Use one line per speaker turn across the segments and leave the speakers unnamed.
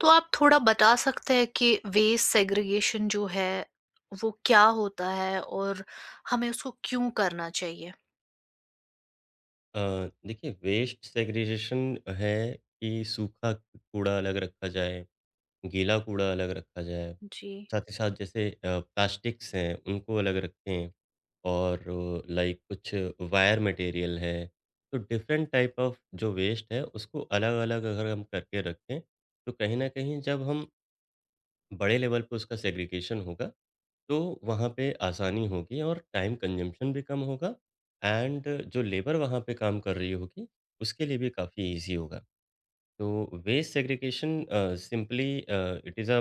तो आप थोड़ा बता सकते हैं कि वेस्ट सेग्रीगेशन जो है, वो क्या होता है और हमें उसको क्यों करना चाहिए?
अ, देखिए वेस्ट सेग्रीगेशन है कि सूखा कूड़ा अलग रखा जाए, गीला कूड़ा अलग रखा जाए।
जी,
साथ ही साथ जैसे प्लास्टिक्स हैं उनको अलग रखें और लाइक कुछ वायर मटेरियल है। तो डिफरेंट टाइप ऑफ जो वेस्ट है उसको अलग-अलग अगर हम करके रखें, तो कहीं न कहीं जब हम बड़े लेवल पे उसका सेग्रीगेशन होगा तो वहाँ पे आसानी होगी और टाइम कंज़म्पशन भी कम होगा एंड जो लेबर वहाँ पे काम कर रही होगी, उसके लिए भी काफ़ी ईज़ी होगा। तो waste segregation simply it is a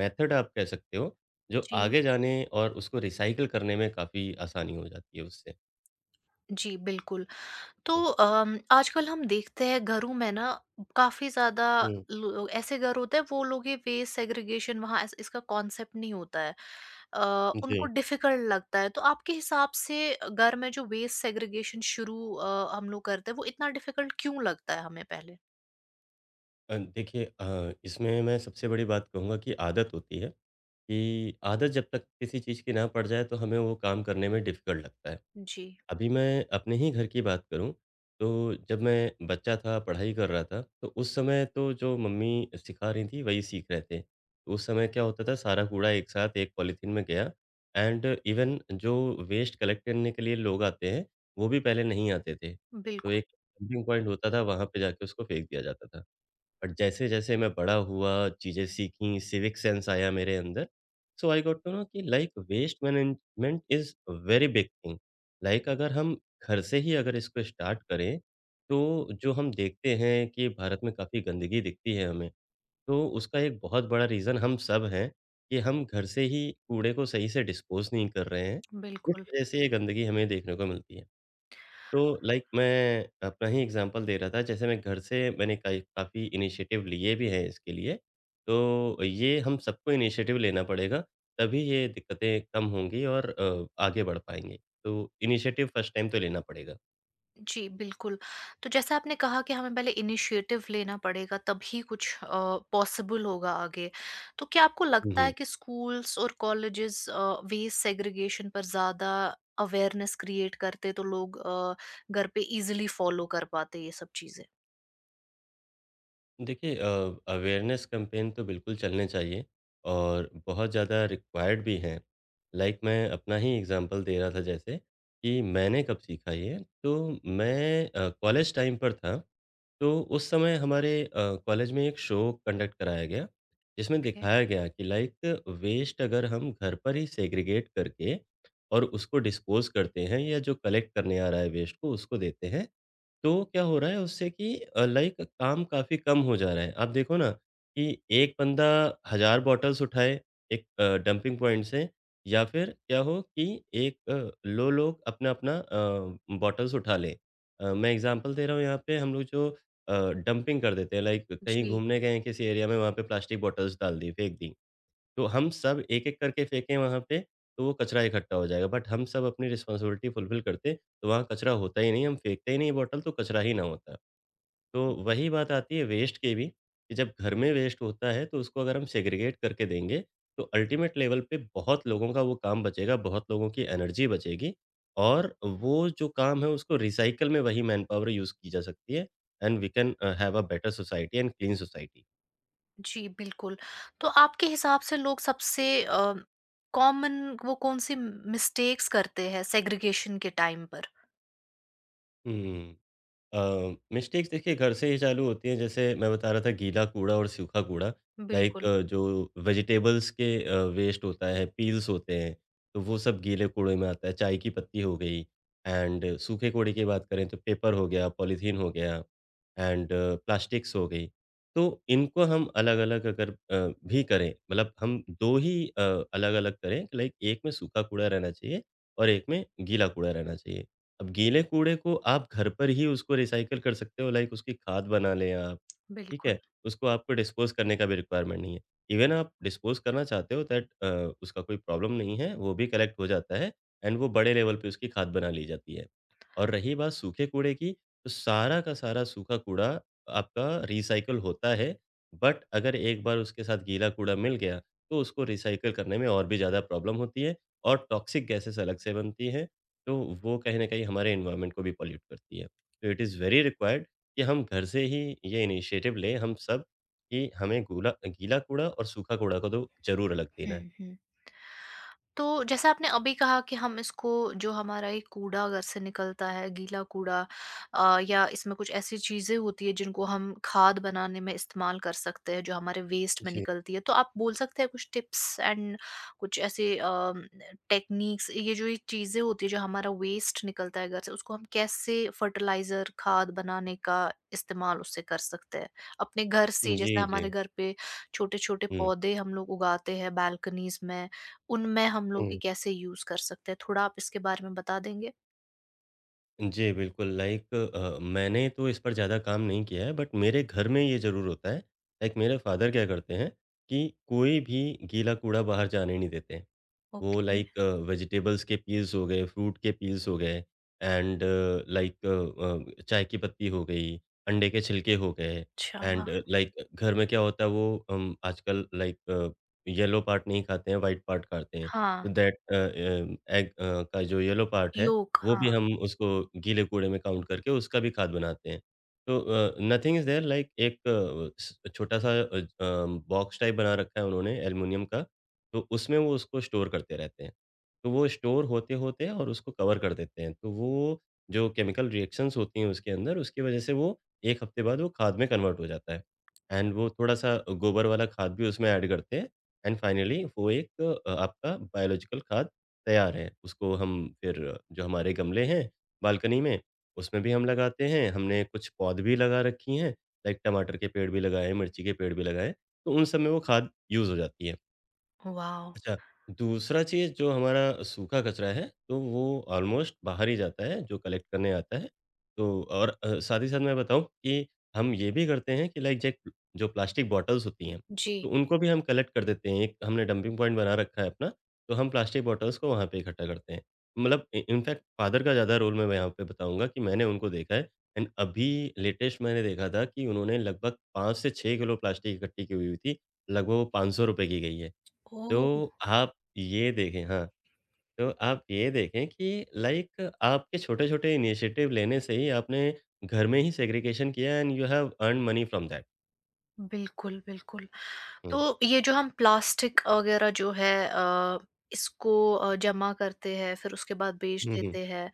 method आप कह सकते हो, जो
जी।
आगे जाने और उसको रिसाइकिल करने में काफ़ी आसानी हो जाती है उससे।
जी, बिल्कुल। तो
हुँ,
आजकल हम देखते हैं घरों में ना काफ़ी ज़्यादा
हुँ,
लो ऐसे घर होते हैं वो लोग ये वेस्ट सेग्रीगेशन वहाँ इस इसका कॉन्सेप्ट नहीं होता है। अ, उनको
जी।
डिफ़िकल्ट लगता है। तो आपके हिसाब से घर में जो वेस्ट सेग्रीगेशन शुरू हम लोग करते हैं वो इतना डिफ़िकल्ट क्यों लगता है हमें पहले?
देखिए इसमें मैं सबसे बड़ी बात कहूँगा कि आदत होती है, कि आदत जब तक किसी चीज़ की ना पड़ जाए, तो हमें वो काम करने में डिफ़िकल्ट लगता है।
जी।
अभी मैं अपने ही घर की बात करूँ, तो जब मैं बच्चा था, पढ़ाई कर रहा था, तो उस समय तो जो मम्मी सिखा रही थीं, वही सीख रहे थे। तो उस समय क्या होता था, सारा कूड़ा एक साथ एक पॉलीथीन में गया एंड इवन जो वेस्ट कलेक्ट करने के लिए लोग आते हैं, वो भी पहले नहीं आते थे। तो
बिल्कुल,
एक डंपिंग पॉइंट होता था, वहाँ पे जाके उसको फेंक दिया जाता था। बट जैसे-जैसे मैं बड़ा हुआ, चीज़ें सीखीं, सिविक सेंस आया मेरे अंदर, so I got to know कि like waste management is a very big thing. Like अगर हम घर से ही अगर इसको स्टार्ट करें, तो जो हम देखते हैं कि भारत में काफ़ी गंदगी दिखती है हमें, तो उसका एक बहुत बड़ा रीज़न हम सब हैं कि हम घर से ही कूड़े को सही से डिस्पोज़ नहीं कर रहे हैं। इस
बिल्कुल।
वजह से ये गंदगी हमें देखने को मिलती है। तो लाइक मैं अपना ही एग्ज़ाम्पल दे रहा था, जैसे मैं घर से मैंने कई काफ़ी इनिशिएटिव लिए भी हैं इसके लिए। तो ये हम सबको इनिशिएटिव लेना पड़ेगा, तभी ये दिक्कतें कम होंगी और आगे बढ़ पाएँगे। तो इनिशिएटिव फर्स्ट टाइम तो लेना पड़ेगा।
जी, बिल्कुल। तो जैसा आपने कहा कि हमें पहले इनिशिएटिव लेना पड़ेगा तभी कुछ पॉसिबल होगा आगे। तो क्या आपको
हुँ,
लगता है
हुँ।
कि स्कूल्स और कॉलेजेस वेस्ट सेग्रीगेशन पर ज़्यादा अवेयरनेस क्रिएट करते तो लोग घर पे ईज़िली फ़ॉलो कर पाते ये सब चीज़ें?
देखिए अवेयरनेस कैंपेन तो बिल्कुल चलने चाहिए और बहुत ज़्यादा रिक्वायर्ड भी हैं। लाइक मैं अपना ही एग्ज़ाम्पल दे रहा था जैसे कि मैंने कब सीखा ये, तो मैं कॉलेज टाइम पर था तो उस समय हमारे कॉलेज में एक शो कंडक्ट कराया गया, जिसमें
ओके।
दिखाया गया कि लाइक वेस्ट अगर हम घर पर ही सेग्रीगेट करके और उसको डिस्पोज़ करते हैं या जो कलेक्ट करने आ रहा है वेस्ट को उसको देते हैं, तो क्या हो रहा है उससे कि लाइक काम काफ़ी कम हो जा रहा है। आप देखो ना कि एक बंदा हज़ार बॉटल्स उठाए एक डंपिंग पॉइंट से या फिर क्या हो कि एक अ, लो लोग अपना-अपना बॉटल्स उठा लें। मैं एग्ज़ाम्पल दे रहा हूँ यहाँ पे हम लोग जो अ, डंपिंग कर देते हैं लाइक कहीं
जी,
घूमने गए हैं किसी एरिया में वहाँ पे प्लास्टिक बॉटल्स डाल दी, फेंक दी। तो हम सब एक-एक करके फेंकें वहाँ पे, तो वो कचरा इकट्ठा हो जाएगा। बट हम सब अपनी रिस्पॉन्सिबिलिटी फुलफिल करते, तो वहाँ कचरा होता ही नहीं, हम फेंकते ही नहीं बॉटल, तो कचरा ही ना होता। तो वही बात आती है वेस्ट की भी, कि जब घर में वेस्ट होता है, तो उसको अगर हम सेग्रीगेट करके देंगे, तो अल्टीमेट लेवल पे बहुत लोगों का वो काम बचेगा, बहुत लोगों की एनर्जी बचेगी और वो जो काम है, उसको रिसाइकल में वही मैनपावर यूज़ की जा सकती है and we can have a better society and clean society.
जी, बिल्कुल। तो आपके हिसाब से लोग सबसे कॉमन वो कौन-सी मिस्टेक्स करते हैं सेग्रीगेशन के टाइम पर?
हुँ। मिस्टेक्स देखिए घर से ही चालू होती हैं। जैसे मैं बता रहा था गीला कूड़ा और सूखा कूड़ा लाइक
बिल्कुल,
जो वेजिटेबल्स के वेस्ट होता है, पील्स होते हैं, तो वो सब गीले कूड़े में आता है। चाय की पत्ती हो गई एंड सूखे कूड़े की बात करें तो पेपर हो गया, पॉलीथीन हो गया एंड प्लास्टिक्स हो गई। तो इनको हम अलग-अलग अगर भी करें मतलब हम 2 ही अलग-अलग करें लाइक एक में सूखा कूड़ा रहना चाहिए और एक में गीला कूड़ा रहना चाहिए। अब गीले कूड़े को आप घर पर ही उसको रिसाइकिल कर सकते हो लाइक उसकी खाद बना लें आप, ठीक
बिल्कुल।
है? उसको आपको डिस्पोज़ करने का भी रिक्वायरमेंट नहीं है। इवन आप डिस्पोज़ करना चाहते हो दैट उसका कोई प्रॉब्लम नहीं है, वो भी कलेक्ट हो जाता है एंड वो बड़े लेवल पे उसकी खाद बना ली जाती है। और रही बात सूखे कूड़े की, तो सारा का सारा सूखा कूड़ा आपका रिसाइकिल होता है, बट अगर एक बार उसके साथ गीला कूड़ा मिल गया, तो उसको रिसाइकिल करने में और भी ज़्यादा प्रॉब्लम होती है और टॉक्सिक गैसेज़ अलग से बनती हैं। तो वो कहीं न कहीं हमारे एनवायरनमेंट को भी पॉल्यूट करती है। तो इट इज़ वेरी रिक्वायर्ड कि हम घर से ही ये इनिशिएटिव लें हम सब कि हमें गूला गीला कूड़ा और सूखा कूड़ा को तो ज़रूर अलग देना है।
हुँ, हुँ। तो जैसा आपने अभी कहा कि हम इसको जो हमारा ये कूड़ा घर से निकलता है, गीला कूड़ा या इसमें कुछ ऐसी चीज़ें होती हैं जिनको हम खाद बनाने में इस्तेमाल कर सकते हैं, जो हमारे वेस्ट में
जी।
निकलती है। तो आप बोल सकते हैं कुछ टिप्स एंड कुछ ऐसे टेक्नीक्स ये जो ये चीज़ें होती हैं जो हमारा वेस्ट निकलता है घर से, उसको हम कैसे फर्टिलाइज़र, खाद बनाने का इस्तेमाल उससे कर सकते हैं? अपने घर से
जी,
जैसे
जी।
हमारे घर पे छोटे-छोटे
हुँ।
पौधे हम लोग उगाते हैं बालकनीज़ में उनमें हम लोग ये
हुँ।
कैसे यूज़ कर सकते हैं? थोड़ा आप इसके बारे में बता देंगे?
जी, बिल्कुल लाइक मैंने तो इस पर ज़्यादा काम नहीं किया है बट मेरे घर में ये ज़रूर होता है। लाइक मेरे फादर क्या करते हैं कि कोई भी गीला कूड़ा बाहर जाने नहीं देते। वो
ओके,
लाइक वेजिटेबल्स के पील्स हो गए, फ्रूट के पील्स हो गए एंड लाइक चाय की पत्ती हो गई, अंडे के छिलके हो गए
अच्छा।
एंड लाइक घर में क्या होता है वो आजकल लाइक येलो पार्ट नहीं खाते हैं, व्हाइट पार्ट खाते हैं।
हाँ,
तो दैट एग का जो येलो पार्ट है,
योग,
वो
हाँ,
भी हम उसको गीले कूड़े में काउंट करके उसका भी खाद बनाते हैं। तो नथिंग इज़ देयर लाइक एक अ, स छोटा-सा बॉक्स टाइप बना रखा है उन्होंने एल्युमिनियम का तो उसमें वो उसको स्टोर करते रहते हैं। तो वो स्टोर होते-होते और उसको कवर कर देते हैं। तो वो जो केमिकल रिएक्शंस होती हैं उसके अंदर, उसकी वजह से वो 1 हफ्ते बाद वो खाद में कन्वर्ट हो जाता है। एंड वो थोड़ा-सा गोबर वाला खाद भी उसमें ऐड करते हैं एंड फाइनली वो एक आपका बायोलॉजिकल खाद तैयार है। उसको हम फिर जो हमारे गमले हैं बालकनी में, उसमें भी हम लगाते हैं। हमने कुछ पौध भी लगा रखी हैं, लाइक टमाटर के पेड़ भी लगाए हैं, मिर्ची के पेड़ भी लगाए हैं। तो उन सब में वो खाद यूज़ हो जाती है।
वाओ!
अच्छा, दूसरा चीज़ जो हमारा सूखा कचरा है, तो वो ऑलमोस्ट बाहर ही जाता है, जो कलेक्ट करने आता है। तो और साथ ही साथ मैं बताऊँ कि हम ये भी करते हैं कि लाइक जैक जो प्लास्टिक बॉटल्स होती हैं,
जी।
तो उनको भी हम कलेक्ट कर देते हैं। एक हमने डंपिंग पॉइंट बना रखा है अपना, तो हम प्लास्टिक बॉटल्स को वहाँ पे इकट्ठा करते हैं। मतलब इ इनफैक्ट फादर का ज़्यादा रोल मैं यहाँ पे बताऊँगा कि मैंने उनको देखा है एंड अभी लेटेस्ट मैंने देखा था कि उन्होंने लगभग 5 से 6 किलो प्लास्टिक इकट्ठी की हुई थी। लगभग वो ₹500 की गई है।
ओह!
तो आप ये देखें हाँ, तो आप ये देखें कि लाइक आपके छोटे-छोटे इनिशिएटिव लेने से ही आपने घर में ही सेग्रीगेशन किया and you have earned money from that.
बिल्कुल, बिल्कुल।
हुँ।
तो ये जो हम प्लास्टिक वगैरह जो है इसको जमा करते हैं फिर उसके बाद बेच
हुँ, हुँ।
देते हैं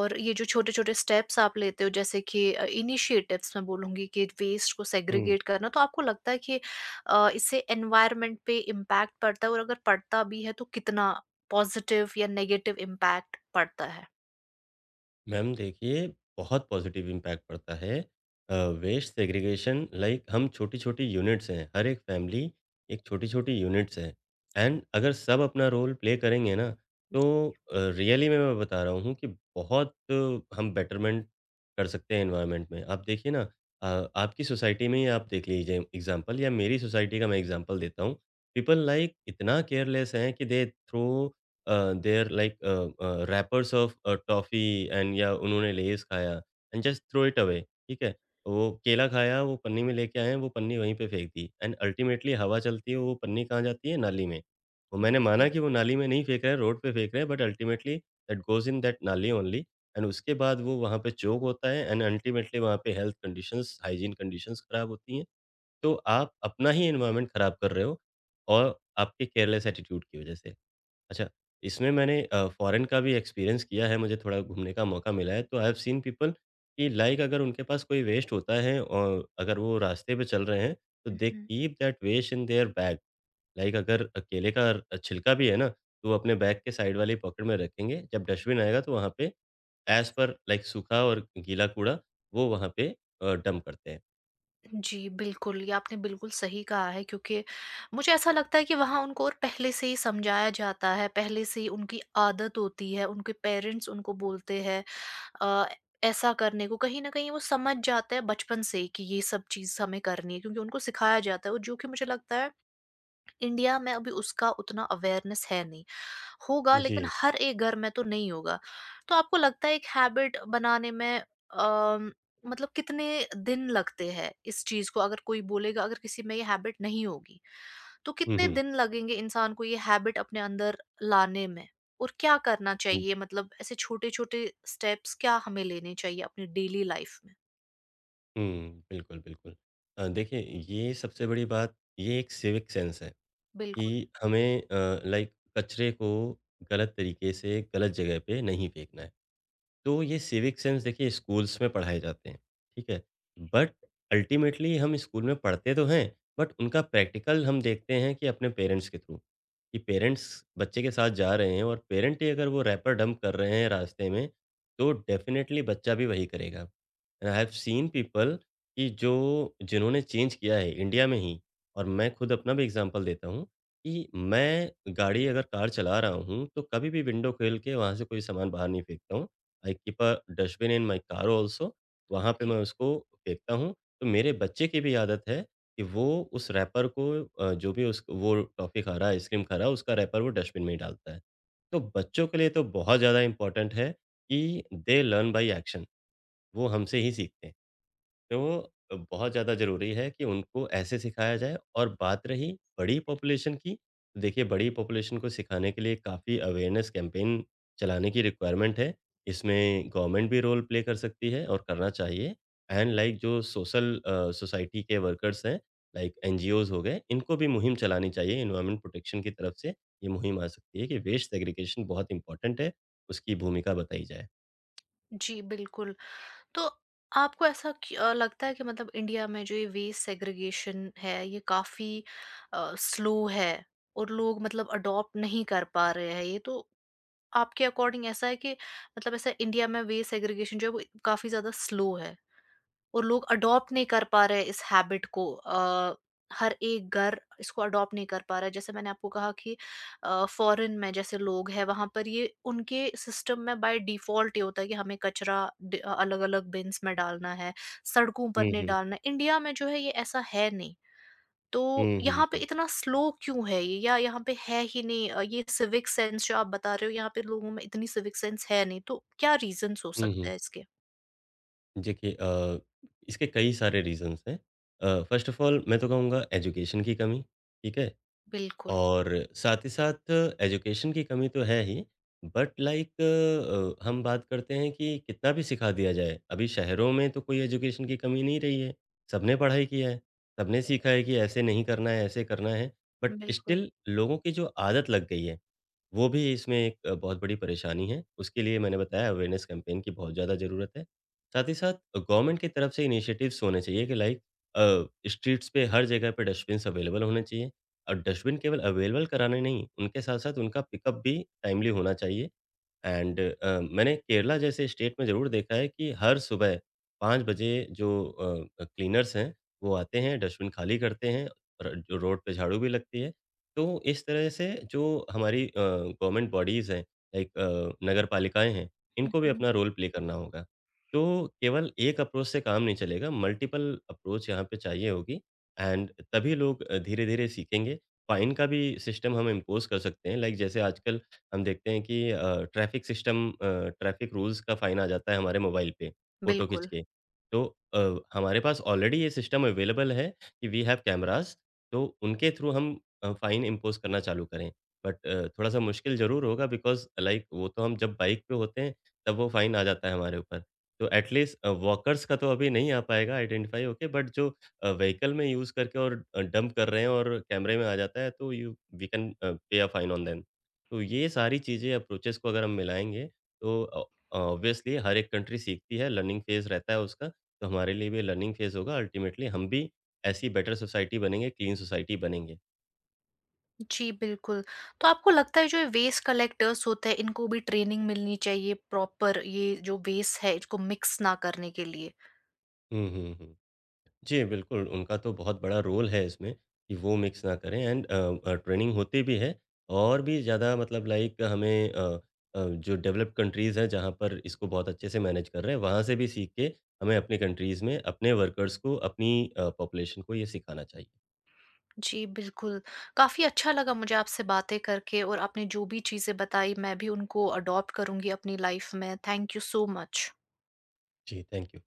और ये जो छोटे-छोटे स्टेप्स आप लेते हो जैसे कि इनिशिएटिव्स मैं बोलूँगी कि वेस्ट को
हुँ।
सेग्रीगेट करना तो आपको लगता है कि इससे एनवायरनमेंट पे इम्पैक्ट पड़ता है और अगर पड़ता भी है तो कितना पॉजिटिव या नेगेटिव इम्पैक्ट पड़ता है?
मैम देखिए, बहुत पॉज़िटिव इम्पैक्ट पड़ता है। वेस्ट सेग्रीगेशन लाइक हम छोटी-छोटी यूनिट्स हैं, हर एक फैमिली एक छोटी-छोटी यूनिट्स है एंड अगर सब अपना रोल प्ले करेंगे ना, तो रियली में मैं बता रहा हूँ कि बहुत हम बेटरमेंट कर सकते हैं एनवायरनमेंट में। आप देखिए ना अ, आपकी सोसाइटी में ही आप देख लीजिए एग्ज़ाम्पल या मेरी सोसाइटी का मैं एग्ज़ाम्पल देता हूँ। पीपल लाइक इतना केयरलेस हैं कि they throw a, they are like wrappers of toffee and या उन्होंने लेज़ खाया and just throw it away ठीक है? वो केला खाया, वो पन्नी में लेके आए हैं, वो पन्नी वहीं पे फेंक दी एंड अल्टीमेटली हवा चलती है, वो पन्नी कहाँ जाती है? नाली में। वो मैंने माना कि वो नाली में नहीं फेंक रहे हैं, रोड पे फेंक रहे हैं but ultimately that goes in that नाली ओनली एंड उसके बाद वो वहाँ पे चोक होता है एंड अल्टीमेटली वहाँ पे हेल्थ कंडीशंस, हाइजीन कंडीशंस खराब होती हैं। तो आप अपना ही एनवायरनमेंट खराब कर रहे हो और आपके केयरलेस एटीट्यूड की वज़ह से। अच्छा, इसमें मैंने फ़ॉरेन का भी एक्सपीरियंस किया है, मुझे थोड़ा घूमने का मौका मिला है, तो आई हैव सीन पीपल कि लाइक अगर उनके पास कोई वेस्ट होता है और अगर वो रास्ते पे चल रहे हैं, तो they keep that waste in their bag. Like अगर केले का छिलका भी है ना, तो वो अपने बैग के साइड वाली पॉकेट में रखेंगे, जब डस्टबिन आएगा तो वहाँ पे एज़ पर लाइक सूखा और गीला कूड़ा, वो वहाँ पे डंप करते हैं।
जी, बिल्कुल, ये आपने बिल्कुल सही कहा है क्योंकि मुझे ऐसा लगता है कि वहाँ उनको और पहले से ही समझाया जाता है, पहले से ही उनकी आदत होती है, उनके पेरेंट्स उनको बोलते हैं अ, ऐसा करने को। कहीं न कहीं वो समझ जाते हैं बचपन से ही कि ये सब चीज़ हमें करनी है क्योंकि उनको सिखाया जाता है और जो कि मुझे लगता है इंडिया में अभी उसका उतना अवेयरनेस है नहीं। होगा
जी।
लेकिन हर एक घर में तो नहीं होगा। तो आपको लगता है एक हैबिट बनाने में मतलब कितने दिन लगते हैं इस चीज़ को अगर कोई बोलेगा अगर किसी में ये हैबिट नहीं होगी, तो
हुँ,
कितने
हुँ।
दिन लगेंगे इंसान को ये हैबिट अपने अंदर लाने में? और क्या करना
हुँ,
चाहिए मतलब ऐसे छोटे-छोटे स्टेप्स क्या हमें लेने चाहिए अपनी डेली लाइफ में?
हुँ, बिल्कुल, बिल्कुल। देखिए ये सबसे बड़ी बात, ये एक सिविक सेंस है।
बिल्कुल।
कि हमें लाइक कचरे को गलत तरीके से गलत जगह पे नहीं फेंकना है। तो ये सिविक सेंस देखिए स्कूल्स में पढ़ाए जाते हैं, ठीक है? बट अल्टीमेटली हम स्कूल में पढ़ते तो हैं, बट उनका प्रैक्टिकल हम देखते हैं कि अपने पेरेंट्स के थ्रू, कि पेरेंट्स बच्चे के साथ जा रहे हैं और पेरेंट ही अगर वो रैपर डंप कर रहे हैं रास्ते में, तो डेफ़िनेटली बच्चा भी वही करेगा। आई हैव सीन पीपल कि जो जिन्होंने चेंज किया है इंडिया में ही और मैं खुद अपना भी एग्जांपल देता हूँ कि मैं गाड़ी अगर कार चला रहा हूँ, तो कभी भी विंडो खोल के वहाँ से कोई सामान बाहर नहीं फेंकता हूँ। I keep a dustbin in my car also, वहाँ पे
Okay.
मैं उसको फेंकता हूँ। तो मेरे बच्चे की भी आदत है कि वो उस रैपर को जो भी उस वो टॉफ़ी खा रहा है, आइसक्रीम खा रहा है, उसका रैपर वो डस्टबिन में ही डालता है। तो बच्चों के लिए तो बहुत ज़्यादा इम्पोर्टेंट है कि दे लर्न बाय एक्शन वो हमसे ही सीखते हैं। तो बहुत ज़्यादा ज़रूरी है कि उनको ऐसे सिखाया जाए और बात रही बड़ी पॉपुलेशन की, तो देखिए बड़ी पॉपुलेशन को सिखाने के लिए काफ़ी अवेयरनेस कैंपेन चलाने की रिक्वायरमेंट है। इसमें गवर्नमेंट भी रोल प्ले कर सकती है और करना चाहिए एंड लाइक जो सोसाइटी के वर्कर्स हैं, लाइक एनजीओज़ हो गए, इनको भी मुहिम चलानी चाहिए एनवायरनमेंट प्रोटेक्शन की तरफ से। ये मुहिम आ सकती है कि वेस्ट सेग्रीगेशन बहुत इम्पोर्टेंट है, उसकी भूमिका बताई जाए।
जी, बिल्कुल। तो आपको ऐसा लगता है कि मतलब इंडिया में जो ये वेस्ट सेग्रीगेशन है ये काफी स्लो है और लोग मतलब अडॉप्ट नहीं कर पा रहे हैं ये तो आपके अकॉर्डिंग ऐसा है कि मतलब ऐसा इंडिया में वेस्ट सेग्रीगेशन जो है वो काफी ज्यादा स्लो है और लोग अडॉप्ट नहीं कर पा रहे हैं इस हैबिट को हर एक घर इसको अडॉप्ट नहीं कर पा रहा है जैसे मैंने आपको कहा कि फॉरेन में जैसे लोग हैं वहां पर ये उनके सिस्टम में बाय डिफॉल्ट ये होता है कि हमें कचरा अलग अलग बिन्स में डालना है सड़कों पर
हुँ,
नहीं
हुँ।
डालना है। इंडिया में जो है ये ऐसा है नहीं तो
हुँ, हुँ,
यहाँ पे
हुँ।
इतना स्लो क्यों है ये या यहाँ पे है ही नहीं ये सिविक सेंस जो आप बता रहे हो यहाँ पे लोगों में इतनी सिविक सेंस है नहीं तो क्या रीजंस हो
हुँ,
सकता
हुँ।
है इसके
देखिए इसके कई सारे रीज़न्स हैं। फ़र्स्ट ऑफ़ ऑल मैं तो कहूँगा एजुकेशन की कमी, ठीक है?
बिल्कुल
और साथ ही साथ एजुकेशन की कमी तो है ही, बट लाइक हम बात करते हैं कि कितना भी सिखा दिया जाए, अभी शहरों में तो कोई एजुकेशन की कमी नहीं रही है। सबने पढ़ाई किया है, सबने सीखा है कि ऐसे नहीं करना है, ऐसे करना है, बट
बिल्कुल
स्टिल लोगों की जो आदत लग गई है, वो भी इसमें एक बहुत बड़ी परेशानी है। उसके लिए मैंने बताया अवेयरनेस कैंपेन की बहुत ज़्यादा ज़रूरत है। साथ ही साथ गवर्नमेंट की तरफ से इनिशिएटिव्स होने चाहिए कि लाइक स्ट्रीट्स पे हर जगह पे डस्टबिन्स अवेलेबल होने चाहिए। और डस्टबिन केवल अवेलेबल कराने नहीं, उनके साथ-साथ उनका पिकअप भी टाइमली होना चाहिए। एंड मैंने केरला जैसे स्टेट में ज़रूर देखा है कि हर सुबह 5 बजे जो क्लीनर्स हैं, वो आते हैं, डस्टबिन खाली करते हैं और जो रोड पे झाड़ू भी लगती है। तो इस तरह से जो हमारी गवर्नमेंट बॉडीज़ हैं, लाइक नगर पालिकाएँ हैं, इनको भी अपना रोल प्ले करना होगा। तो केवल एक अप्रोच से काम नहीं चलेगा, मल्टीपल अप्रोच यहाँ पे चाहिए होगी एंड तभी लोग धीरे-धीरे सीखेंगे। फ़ाइन का भी सिस्टम हम इम्पोज़ कर सकते हैं, लाइक जैसे आजकल हम देखते हैं कि ट्रैफ़िक रूल्स का फ़ाइन आ जाता है हमारे मोबाइल पे, फ़ोटो खींच
बिल्कुल।
के। तो अ, हमारे पास ऑलरेडी ये सिस्टम अवेलेबल है कि वी हैव कैमराज़ तो उनके थ्रू हम फ़ाइन इम्पोज़ करना चालू करें। बट थोड़ा-सा मुश्किल ज़रूर होगा बिकॉज़ लाइक वो तो हम जब बाइक पे होते हैं, तब वो फ़ाइन आ जाता है हमारे ऊपर। तो एट लीस्ट वॉकर्स का तो अभी नहीं आ पाएगा आइडेंटिफ़ाई होके बट जो व्हीकल में यूज़ करके और डंप कर रहे हैं और कैमरे में आ जाता है तो you we can pay a fine on them. तो ये सारी चीज़ें अप्रोचेस को अगर हम मिलाएँगे तो ऑब्वियसली हर एक कंट्री सीखती है, लर्निंग फ़ेज़ रहता है उसका, तो हमारे लिए भी लर्निंग फ़ेज़ होगा अल्टीमेटली हम भी ऐसी बेटर सोसाइटी बनेंगे, क्लीन सोसाइटी बनेंगे।
जी, बिल्कुल। तो आपको लगता है जो ये वेस्ट कलेक्टर्स होते हैं इनको भी ट्रेनिंग मिलनी चाहिए प्रॉपर ये जो वेस्ट है इसको मिक्स ना करने के लिए।
हुँ, हुँ, हुँ। जी, बिल्कुल उनका तो बहुत बड़ा रोल है इसमें कि वो मिक्स ना करें एंड ट्रेनिंग होती भी है और भी ज़्यादा मतलब लाइक हमें जो डेवलप्ड कंट्रीज़ हैं जहाँ पर इसको बहुत अच्छे से मैनेज कर रहे हैं, वहाँ से भी सीख के हमें अपनी कंट्रीज़ में अपने वर्कर्स को, अपनी पॉपुलेशन को ये सिखाना चाहिए।
जी, बिल्कुल। काफ़ी अच्छा लगा मुझे आपसे बातें करके और आपने जो भी चीज़ें बताई मैं भी उनको अडॉप्ट करूँगी अपनी लाइफ़ में। Thank you so much.
Okay. Thank you.